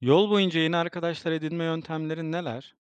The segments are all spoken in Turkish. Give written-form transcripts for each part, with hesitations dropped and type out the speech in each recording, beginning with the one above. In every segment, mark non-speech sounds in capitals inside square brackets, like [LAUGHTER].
Yol boyunca yeni arkadaşlar edinme yöntemlerin neler?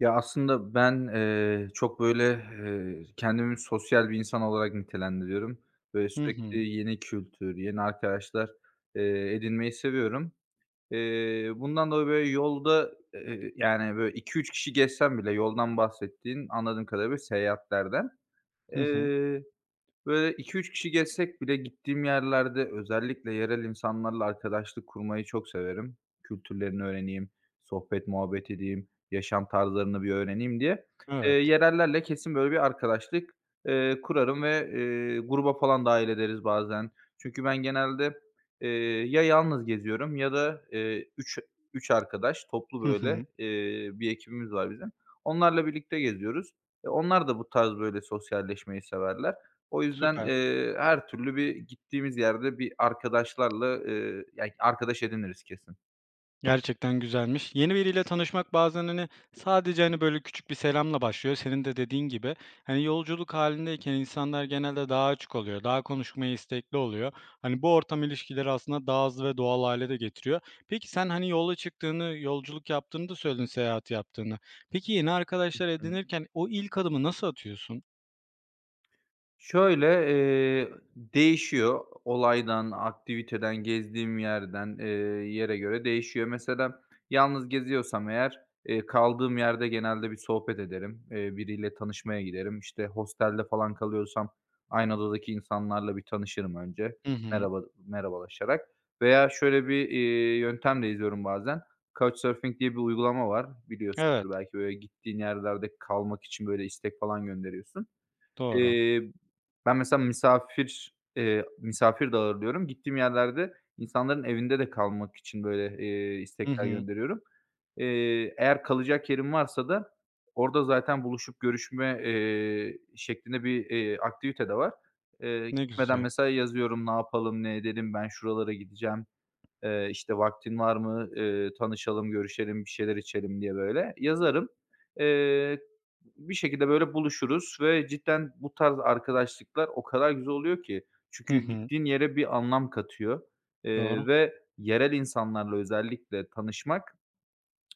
Ya, aslında ben, çok böyle, kendimi sosyal bir insan olarak nitelendiriyorum. Böyle Hı sürekli hı. yeni kültür, yeni arkadaşlar, edinmeyi seviyorum. Bundan dolayı böyle yolda, yani, böyle iki üç kişi gezsem bile yoldan bahsettiğin anladığım kadarıyla böyle seyahatlerden. Hı hı. Böyle iki üç kişi gezsek bile gittiğim yerlerde özellikle yerel insanlarla arkadaşlık kurmayı çok severim. Kültürlerini öğreneyim, sohbet muhabbet edeyim, yaşam tarzlarını bir öğreneyim diye. Evet. Yerellerle kesin böyle bir arkadaşlık, kurarım ve, gruba falan dâhil ederiz bazen. Çünkü ben genelde, eee, ya yalnız geziyorum ya da, 3 arkadaş toplu Hı böyle, hı. Bir ekibimiz var bizim. Onlarla birlikte geziyoruz. E, onlar da bu tarz böyle sosyalleşmeyi severler. O yüzden, Süper. Her türlü bir gittiğimiz yerde bir arkadaşlarla, ya arkadaş ediniriz kesin. Gerçekten güzelmiş. Yeni biriyle tanışmak bazen, hani, sadece, hani, böyle küçük bir selamla başlıyor. Senin de dediğin gibi, hani, yolculuk halindeyken insanlar genelde daha açık oluyor, daha konuşmaya istekli oluyor. Hani, bu ortam ilişkileri aslında daha hızlı ve doğal hale de getiriyor. Peki sen, hani, yola çıktığını, yolculuk yaptığını da söyledin, seyahat yaptığını. Peki yeni arkadaşlar Hı. edinirken o ilk adımı nasıl atıyorsun? Şöyle, değişiyor olaydan, aktiviteden, gezdiğim yerden, yere göre değişiyor. Mesela yalnız geziyorsam eğer, kaldığım yerde genelde bir sohbet ederim. Biriyle tanışmaya giderim. İşte, hostelde falan kalıyorsam aynı odadaki insanlarla bir tanışırım önce Hı hı. merhabalaşarak veya şöyle bir, yöntem de izliyorum bazen. Couchsurfing diye bir uygulama var biliyorsunuz Evet. belki. Böyle, gittiğin yerlerde kalmak için, böyle, istek falan gönderiyorsun. Doğru. Eee, Ben mesela misafir, misafir de ağırlıyorum. Gittiğim yerlerde insanların evinde de kalmak için böyle, Hı istekler hı. gönderiyorum. Eğer kalacak yerim varsa da orada zaten buluşup görüşme, şeklinde bir, aktivite de var. Ne Gitmeden güzel. mesela yazıyorum, "Ne yapalım, ne edelim, ben şuralara gideceğim," işte, "Vaktin var mı? Tanışalım, görüşelim, bir şeyler içelim." diye böyle yazarım. Eee, Bir şekilde böyle buluşuruz ve cidden bu tarz arkadaşlıklar o kadar güzel oluyor ki. Hı Çünkü hı. gittiğin yere bir anlam katıyor, Doğru. Ve yerel insanlarla özellikle tanışmak,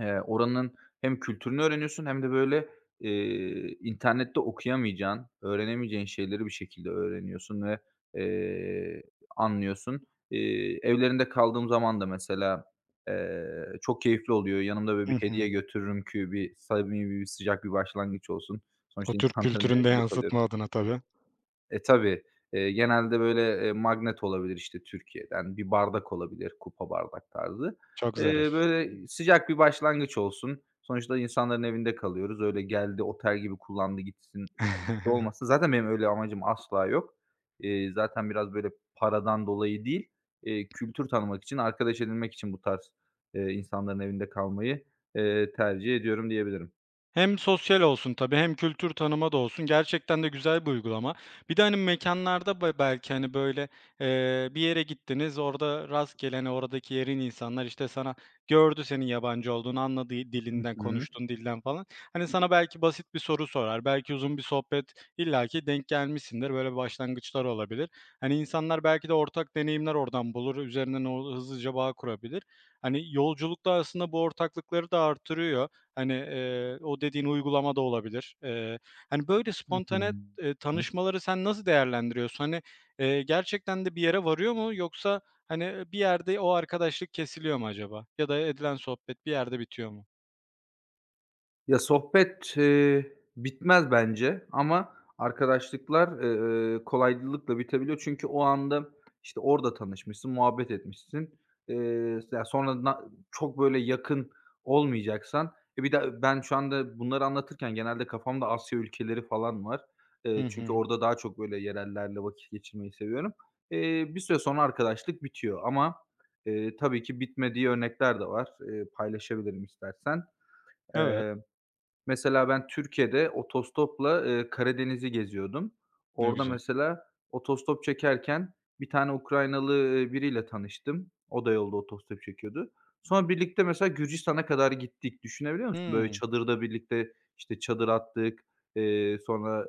Oranın hem kültürünü öğreniyorsun hem de, böyle, internette okuyamayacağın, öğrenemeyeceğin şeyleri bir şekilde öğreniyorsun ve, eee, anlıyorsun. Evlerinde kaldığım zaman da mesela, çok keyifli oluyor. Yanımda, böyle, bir Hı hediye hı. götürürüm ki bir samimi, bir sıcak bir başlangıç olsun. O Sonuçta Türk insanların [LAUGHS] kültüründe de evinde kalıyorum. yansıtma adına tabii. E, tabii. Genelde böyle, magnet olabilir, işte, Türkiye'den bir bardak olabilir, kupa bardak tarzı. Çok zarif. Eee, Böyle sıcak bir başlangıç olsun. Sonuçta insanların evinde kalıyoruz. Öyle geldi, otel gibi kullandı gitsin, gitti [LAUGHS] olmasın. Zaten benim öyle amacım asla yok. Zaten biraz böyle paradan dolayı değil, kültür tanımak için, arkadaş edinmek için bu tarz, insanların evinde kalmayı, tercih ediyorum diyebilirim. Hem sosyal olsun tabii hem kültür tanıma da olsun. Gerçekten de güzel bir uygulama. Bir de, hani, mekânlarda belki, hani, böyle, bir yere gittiniz, orada rastgele, hani, oradaki yerin insanlar, işte, sana gördü senin yabancı olduğunu, anladı Hı dilinden, hı. konuştuğun dilden falan. Hani, sana belki basit bir soru sorar, belki uzun bir sohbet illaki denk gelmişsindir. Böyle başlangıçlar olabilir. Hani, insanlar belki de ortak deneyimler oradan bulur, üzerinden o hızlıca bağ kurabilir. Hani, yolculukta aslında bu ortaklıkları da artırıyor. Hani, o dediğin uygulama da olabilir. Hani, böyle Hı hı. spontane, tanışmaları sen nasıl değerlendiriyorsun? Hani, gerçekten de bir yere varıyor mu yoksa, hani, bir yerde o arkadaşlık kesiliyor mu acaba? Ya da edilen sohbet bir yerde bitiyor mu? Ya, sohbet, bitmez bence ama arkadaşlıklar, kolaylıkla bitebiliyor. Çünkü o anda, işte, orada tanışmışsın, muhabbet etmişsin. Ya, sonra çok böyle yakın olmayacaksan. E, bir de ben şu anda bunları anlatırken genelde kafamda Asya ülkeleri falan var. Hı Çünkü hı. orada daha çok böyle yerellerle vakit geçirmeyi seviyorum. Bir süre sonra arkadaşlık bitiyor ama, tabii ki bitmediği örnekler de var. Paylaşabilirim istersen. Evet, Mesela ben Türkiye'de otostopla, Karadeniz'i geziyordum. ne Orada güzel. mesela otostop çekerken bir tane Ukraynalı, biriyle tanıştım. O da yolda otostop çekiyordu. Sonra birlikte mesela Gürcistan'a kadar gittik. Düşünebiliyor musun? Böyle Hımm, çadırda birlikte, işte, çadır attık. Sonra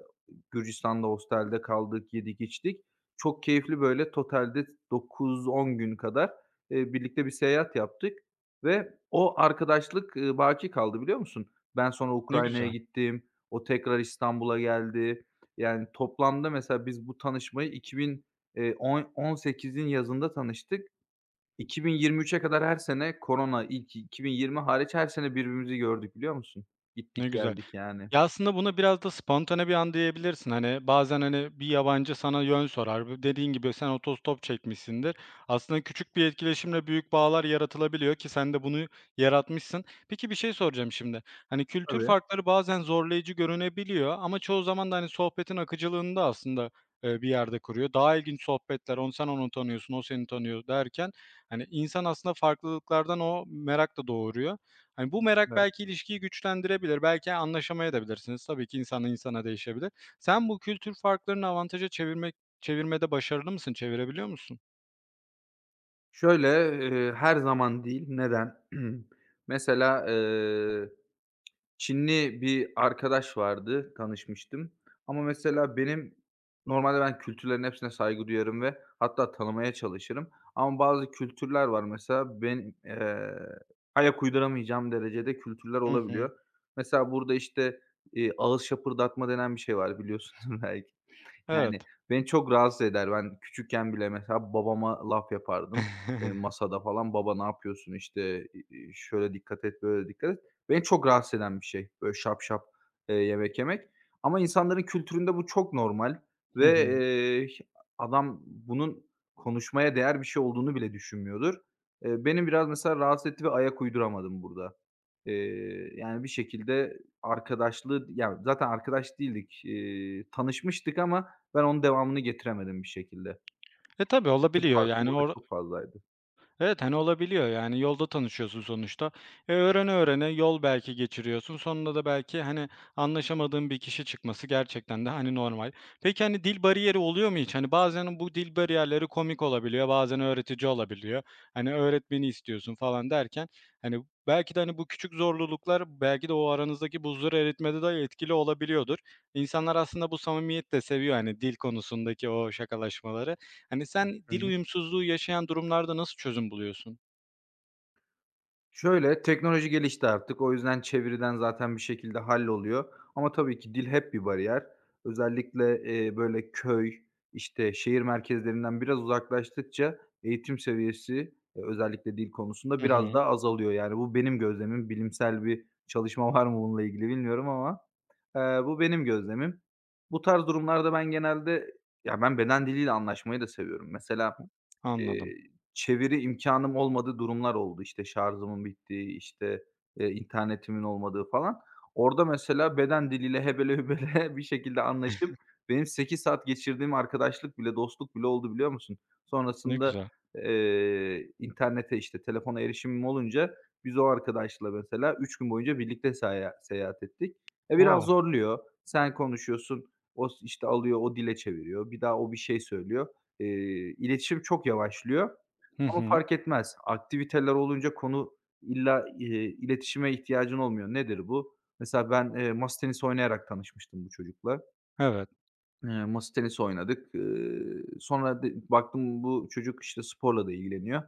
Gürcistan'da hostelde kaldık, yedik, içtik. Çok keyifli böyle totalde 9-10 gün kadar, birlikte bir seyahat yaptık ve o arkadaşlık, baki kaldı biliyor musun? Ben sonra ne Ukrayna'ya güzel, gittim. O tekrar İstanbul'a geldi. Yani toplamda mesela biz bu tanışmayı 2000 on 18'in yazında tanıştık. 2023'e kadar her sene korona ilk 2020 hariç her sene birbirimizi gördük biliyor musun? ne Gittik güzel. geldik yani. Ya, aslında buna biraz da spontane bir an diyebilirsin. Hani, bazen, hani, bir yabancı sana yön sorar. Bu dediğin gibi sen otostop çekmişsindir. Aslında küçük bir etkileşimle büyük bağlar yaratılabiliyor ki sen de bunu yaratmışsın. Peki, bir şey soracağım şimdi. Hani, kültür Tabii, farkları bazen zorlayıcı görünebiliyor ama çoğu zaman da, hani, sohbetin akıcılığını da aslında, bir yerde kuruyor. Daha ilginç sohbetler, sen onu tanıyorsun, o seni tanıyor derken, hani, insan aslında farklılıklardan o merak da doğuruyor. Hani, bu merak evet. belki ilişkiyi güçlendirebilir, belki anlaşamaya da bilirsiniz. Tabii ki insandan insana değişebilir. Sen bu kültür farklarını avantaja çevirmede başarılı mısın? Çevirebiliyor musun? Şöyle, her zaman değil. Neden? [CLEARS THROAT] Mesela, Çinli bir arkadaş vardı, tanışmıştım ama mesela benim normalde ben kültürlerin hepsine saygı duyarım ve hatta tanımaya çalışırım ama bazı kültürler var mesela benim, ayak uyduramayacağım derecede kültürler Hı hı. olabiliyor. Mesela burada, işte, ağız şapırdatma denen bir şey var biliyorsunuz [LAUGHS] belki. Yani, Evet. beni çok rahatsız eder. Ben küçükken bile mesela babama laf yapardım, [LAUGHS] masada falan. "Baba ne yapıyorsun?" işte, "Şöyle dikkat et, böyle dikkat et." Beni çok rahatsız eden bir şey, böyle şap şap, yemek yemek ama insanların kültüründe bu çok normal Hı ve, hı. Adam bunun konuşmaya değer bir şey olduğunu bile düşünmüyordur. Beni biraz mesela rahatsız etti ve ayak uyduramadım burada. Yani, bir şekilde arkadaşlığı yani zaten arkadaş değildik, tanışmıştık ama ben onun devamını getiremedim bir şekilde. E, tabii Kültür olabiliyor farkı yani burada or çok fazlaydı. Evet, hani, olabiliyor, yani, yolda tanışıyorsun sonuçta. E, öğrene öğrene yol belki geçiriyorsun. Sonunda da belki, hani, anlaşamadığın bir kişi çıkması gerçekten de, hani, normal. Peki, hani, dil bariyeri oluyor mu hiç? Hani, bazen bu dil bariyerleri komik olabiliyor, bazen öğretici olabiliyor. Hani, öğretmeni istiyorsun falan derken, hani, belki de, hani, bu küçük zorluluklar belki de o aranızdaki buzları eritmede de etkili olabiliyordur. İnsanlar aslında bu samimiyeti de seviyor, hani, dil konusundaki o şakalaşmaları. Hani, sen Hı dil hı. uyumsuzluğu yaşayan durumlarda nasıl çözüm buluyorsun? Şöyle, teknoloji gelişti artık. O yüzden çeviriden zaten bir şekilde halloluyor. Ama tabii ki dil hep bir bariyer. Özellikle, böyle köy, işte, şehir merkezlerinden biraz uzaklaştıkça eğitim seviyesi, özellikle dil konusunda Hı biraz hı. daha azalıyor. Yani bu benim gözlemim. Bilimsel bir çalışma var mı bununla ilgili bilmiyorum ama, bu benim gözlemim. Bu tarz durumlarda ben genelde ya, ben beden diliyle anlaşmayı da seviyorum. Mesela Anladım. Eee, çeviri imkânım olmadığı durumlar oldu. İşte, şarjımın bittiği, işte, internetimin olmadığı falan. Orada mesela beden diliyle hebele hübele [LAUGHS] bir şekilde anlaşıp benim 8 saat geçirdiğim arkadaşlık bile, dostluk bile oldu biliyor musun? Ne Sonrasında, güzel. İnternete, işte, telefona erişimim olunca biz o arkadaşla mesela 3 gün boyunca birlikte seyahat ettik. E, biraz O! zorluyor. Sen konuşuyorsun, o s işte, alıyor, o dile çeviriyor. Bir daha o bir şey söylüyor. İletişim çok yavaşlıyor Hı ama hı. fark etmez. Aktiviteler olunca konu illa, iletişime ihtiyacın olmuyor. Nedir bu? Mesela ben, masa tenisi oynayarak tanışmıştım bu çocukla. Evet. Masa tenisi oynadık. Sonra de baktım bu çocuk, işte, sporla da ilgileniyor.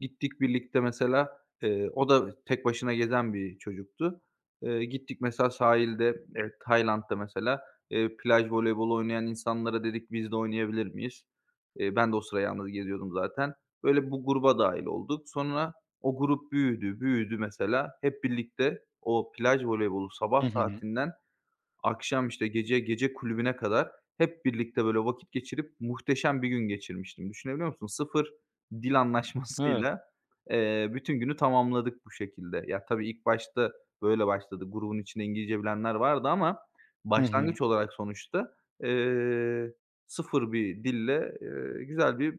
Gittik birlikte mesela, o da tek başına gezen bir çocuktu. Gittik mesela sahilde, evet, Tayland'da mesela, plaj voleybolu oynayan insanlara dedik biz de oynayabilir miyiz? Ben de o sıra yalnız geziyordum zaten. Böyle bu gruba dahil olduk. Sonra o grup büyüdü, büyüdü mesela. Hep birlikte o plaj voleybolu sabah Hı hı. saatinden akşam, işte, gece kulübüne kadar hep birlikte böyle vakit geçirip muhteşem bir gün geçirmiştim. Düşünebiliyor musun? Sıfır dil Evet. anlaşmasıyla, bütün günü tamamladık bu şekilde. Ya, tabii ilk başta böyle başladı. Grubun içinde İngilizce bilenler vardı ama Hı hı. başlangıç olarak sonuçta, eee, sıfır bir dille, güzel bir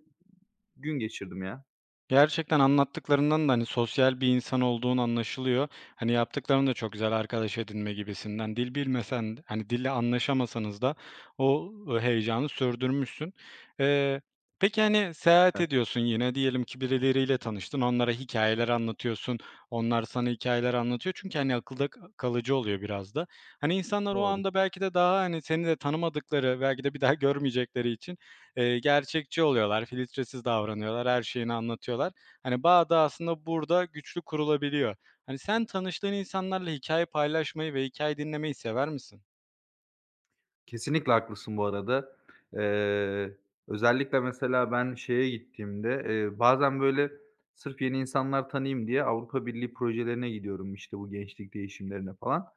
gün geçirdim ya. Gerçekten anlattıklarından da, hani, sosyal bir insan olduğun anlaşılıyor. Hani, yaptıkların da çok güzel arkadaş edinme gibisinden. Dil bilmesen hani, dille anlaşamasanız da o heyecanı sürdürmüşsün. Eee, peki, hani, seyahat Evet, ediyorsun yine. Diyelim ki birileriyle tanıştın, onlara hikayeler anlatıyorsun, onlar sana hikayeler anlatıyor. Çünkü, hani, akılda kalıcı oluyor biraz da. Hani, insanlar o doğru. anda belki de daha, hani, seni de tanımadıkları, belki de bir daha görmeyecekleri için gerçekçi oluyorlar, filtresiz davranıyorlar, her şeyini anlatıyorlar. Hani, bağ da aslında burada güçlü kurulabiliyor. Hani, sen tanıştığın insanlarla hikaye paylaşmayı ve hikaye dinlemeyi sever misin? Kesinlikle haklısın bu arada. Eee, Özellikle mesela ben şeye gittiğimde, bazen böyle sırf yeni insanlar tanıyayım diye Avrupa Birliği projelerine gidiyorum, işte, bu gençlik değişimlerine falan.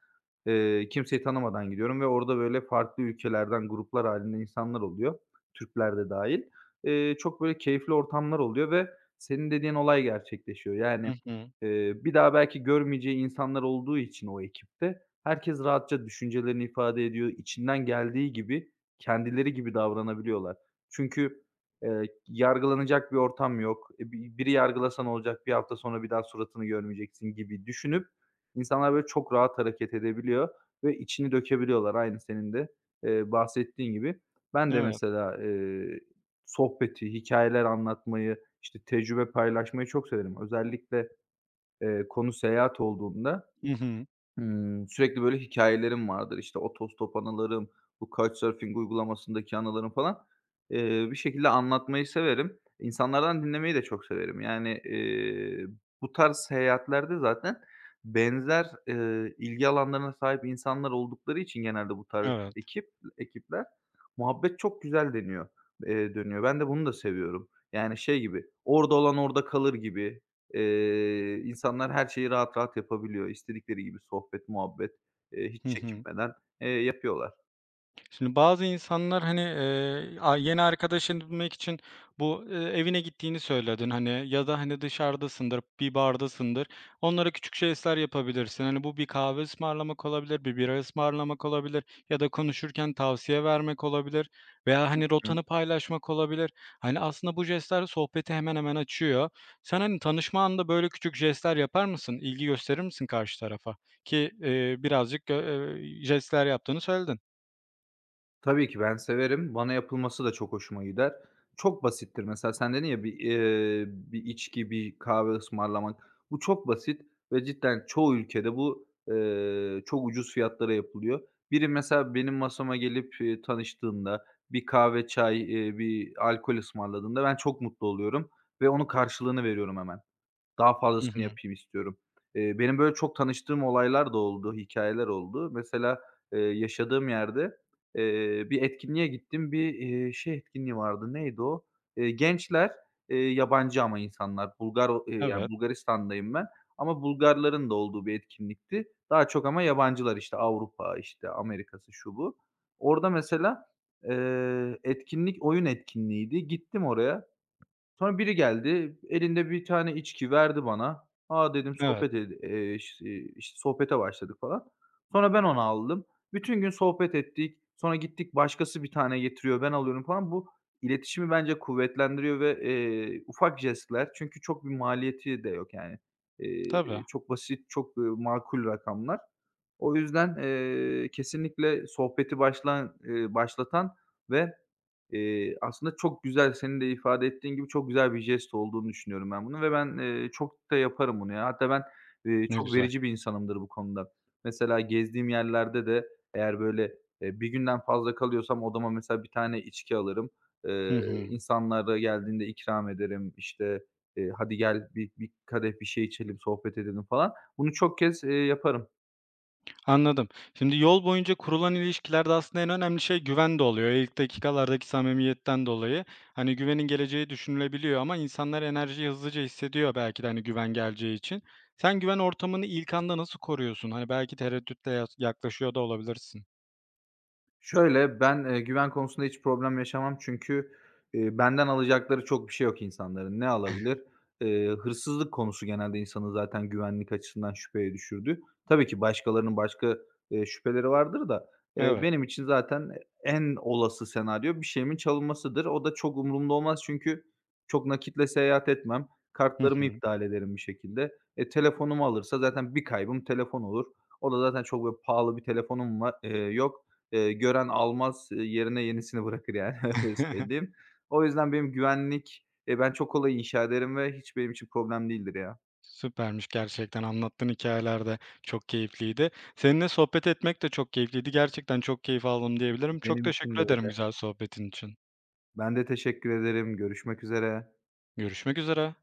Kimseyi tanımadan gidiyorum ve orada böyle farklı ülkelerden gruplar halinde insanlar oluyor, Türkler de dahil. Çok böyle keyifli ortamlar oluyor ve senin dediğin olay gerçekleşiyor. Yani, Hı hı. Bir daha belki görmeyeceği insanlar olduğu için o ekipte, herkes rahatça düşüncelerini ifade ediyor. İçinden geldiği gibi, kendileri gibi davranabiliyorlar. Çünkü, eee, yargılanacak bir ortam yok. E, biri yargılasa ne olacak, bir hafta sonra bir daha suratını görmeyeceksin gibi düşünüp insanlar böyle çok rahat hareket edebiliyor ve içini dökebiliyorlar aynı senin de, bahsettiğin gibi. Ben de Evet. mesela, sohbeti, hikayeler anlatmayı, işte, tecrübe paylaşmayı çok severim. Özellikle, konu seyahat olduğunda Hı hı. Hımm, sürekli böyle hikayelerim vardır. İşte, otostop anılarım, bu Couchsurfing uygulamasındaki anılarım falan. Bir şekilde anlatmayı severim. İnsanlardan dinlemeyi de çok severim. Yani, bu tarz seyahatlerde zaten benzer, ilgi alanlarına sahip insanlar oldukları için genelde bu tarz Evet. Ekipler muhabbet çok güzel deniyor dönüyor. Ben de bunu da seviyorum. Yani şey gibi, orada olan orada kalır gibi. İnsanlar her şeyi rahat rahat yapabiliyor. İstedikleri gibi sohbet, muhabbet, hiç Hı hı. çekinmeden, yapıyorlar. Şimdi bazı insanlar, hani, yeni arkadaş edinmek için bu, evine gittiğini söyledin, hani, ya da, hani, dışarıdasındır, bir bardasındır. Onlara küçük jestler yapabilirsin. Hani, bu bir kahve ısmarlamak olabilir, bir bira ısmarlamak olabilir ya da konuşurken tavsiye vermek olabilir veya, hani, Hı. rotanı paylaşmak olabilir. Hani, aslında bu jestler sohbeti hemen hemen açıyor. Sen, hani, tanışma anında böyle küçük jestler yapar mısın? İlgi gösterir misin karşı tarafa? Ki, birazcık gö jestler yaptığını söyledin. Tabii ki ben severim. Bana yapılması da çok hoşuma gider. Çok basittir. Mesela sen dedin ya, bir, bir içki, bir kahve ısmarlamak. Bu çok basit ve cidden çoğu ülkede bu, çok ucuz fiyatlara yapılıyor. Biri mesela benim masama gelip, tanıştığında, bir kahve, çay, bir alkol ısmarladığında ben çok mutlu oluyorum ve onun karşılığını veriyorum hemen. Daha Hı fazlasını hı. yapayım istiyorum. Benim böyle çok tanıştığım olaylar da oldu, hikâyeler oldu. Mesela, yaşadığım yerde, bir etkinliğe gittim. Bir, şey etkinliği vardı, neydi o? Gençler, yabancı ama insanlar, Bulgar o yani Evet, Bulgaristan'dayım ben ama Bulgarların da olduğu bir etkinlikti. Daha çok ama yabancılar, işte, Avrupa, işte, Amerika'sı, şu bu. Orada mesela, etkinlik oyun etkinliğiydi. Gittim oraya. Sonra biri geldi, elinde bir tane içki verdi bana. "A!" dedim, evet. "Sohbet ed iş iii, işte, sohbete başladık." falan. Sonra ben onu aldım. Bütün gün sohbet ettik. Sonra gittik başkası bir tane getiriyor, ben alıyorum falan. Bu iletişimi bence kuvvetlendiriyor ve, ufak jestler çünkü çok bir maliyeti de yok yani. Eee, Tabii. Çok basit, çok, makul rakamlar. O yüzden, kesinlikle sohbeti başlan başlatan ve aslında çok güzel, senin de ifade ettiğin gibi çok güzel bir jest olduğunu düşünüyorum ben bunun ve ben, çok da yaparım bunu ya. Hatta ben, Ne çok güzel. verici bir insanımdır bu konuda. Mesela gezdiğim yerlerde de eğer böyle, bir günden fazla kalıyorsam odama mesela bir tane içki alırım. Eee, Hı hı. insanlara geldiğinde ikram ederim. İşte, "Hadi gel, bir kadeh bir şey içelim, sohbet edelim." falan. Bunu çok kez, yaparım. Anladım. Şimdi yol boyunca kurulan ilişkilerde aslında en önemli şey güven de oluyor. İlk dakikalardaki samimiyetten dolayı. Hani güvenin geleceği düşünülebiliyor ama insanlar enerjiyi hızlıca hissediyor belki de hani güven geleceği için. Sen güven ortamını ilk anda nasıl koruyorsun? Hani belki tereddütle yaklaşıyor da olabilirsin. Şöyle, ben, güven konusunda hiç problem yaşamam çünkü, benden alacakları çok bir şey yok insanların. Ne alabilir? Hırsızlık konusu genelde insanı zaten güvenlik açısından şüpheye düşürdü. Tabii ki başkalarının başka, şüpheleri vardır da, Evet. benim için zaten en olası senaryo bir şeyimin çalınmasıdır. O da çok umurumda olmaz çünkü çok nakitle seyahat etmem. Hı Kartlarımı hı. iptal ederim bir şekilde. E, telefonumu alırsa zaten bir kaybım telefon olur. O da zaten çok böyle pahalı bir telefonum va yok. Gören almaz, yerine yenisini bırakır yani [LAUGHS] öyle [LAUGHS] söyleyeyim. O yüzden benim güvenlik, ben çok kolay inşa ederim ve hiç benim için problem değildir ya. Süpermiş gerçekten. Anlattığın hikâyeler de çok keyifliydi. Seninle sohbet etmek de çok keyifliydi. Gerçekten çok keyif aldım diyebilirim. Çok Benim için de teşekkür ederim öyle. güzel sohbetin için. Ben de teşekkür ederim. Görüşmek üzere. Görüşmek üzere.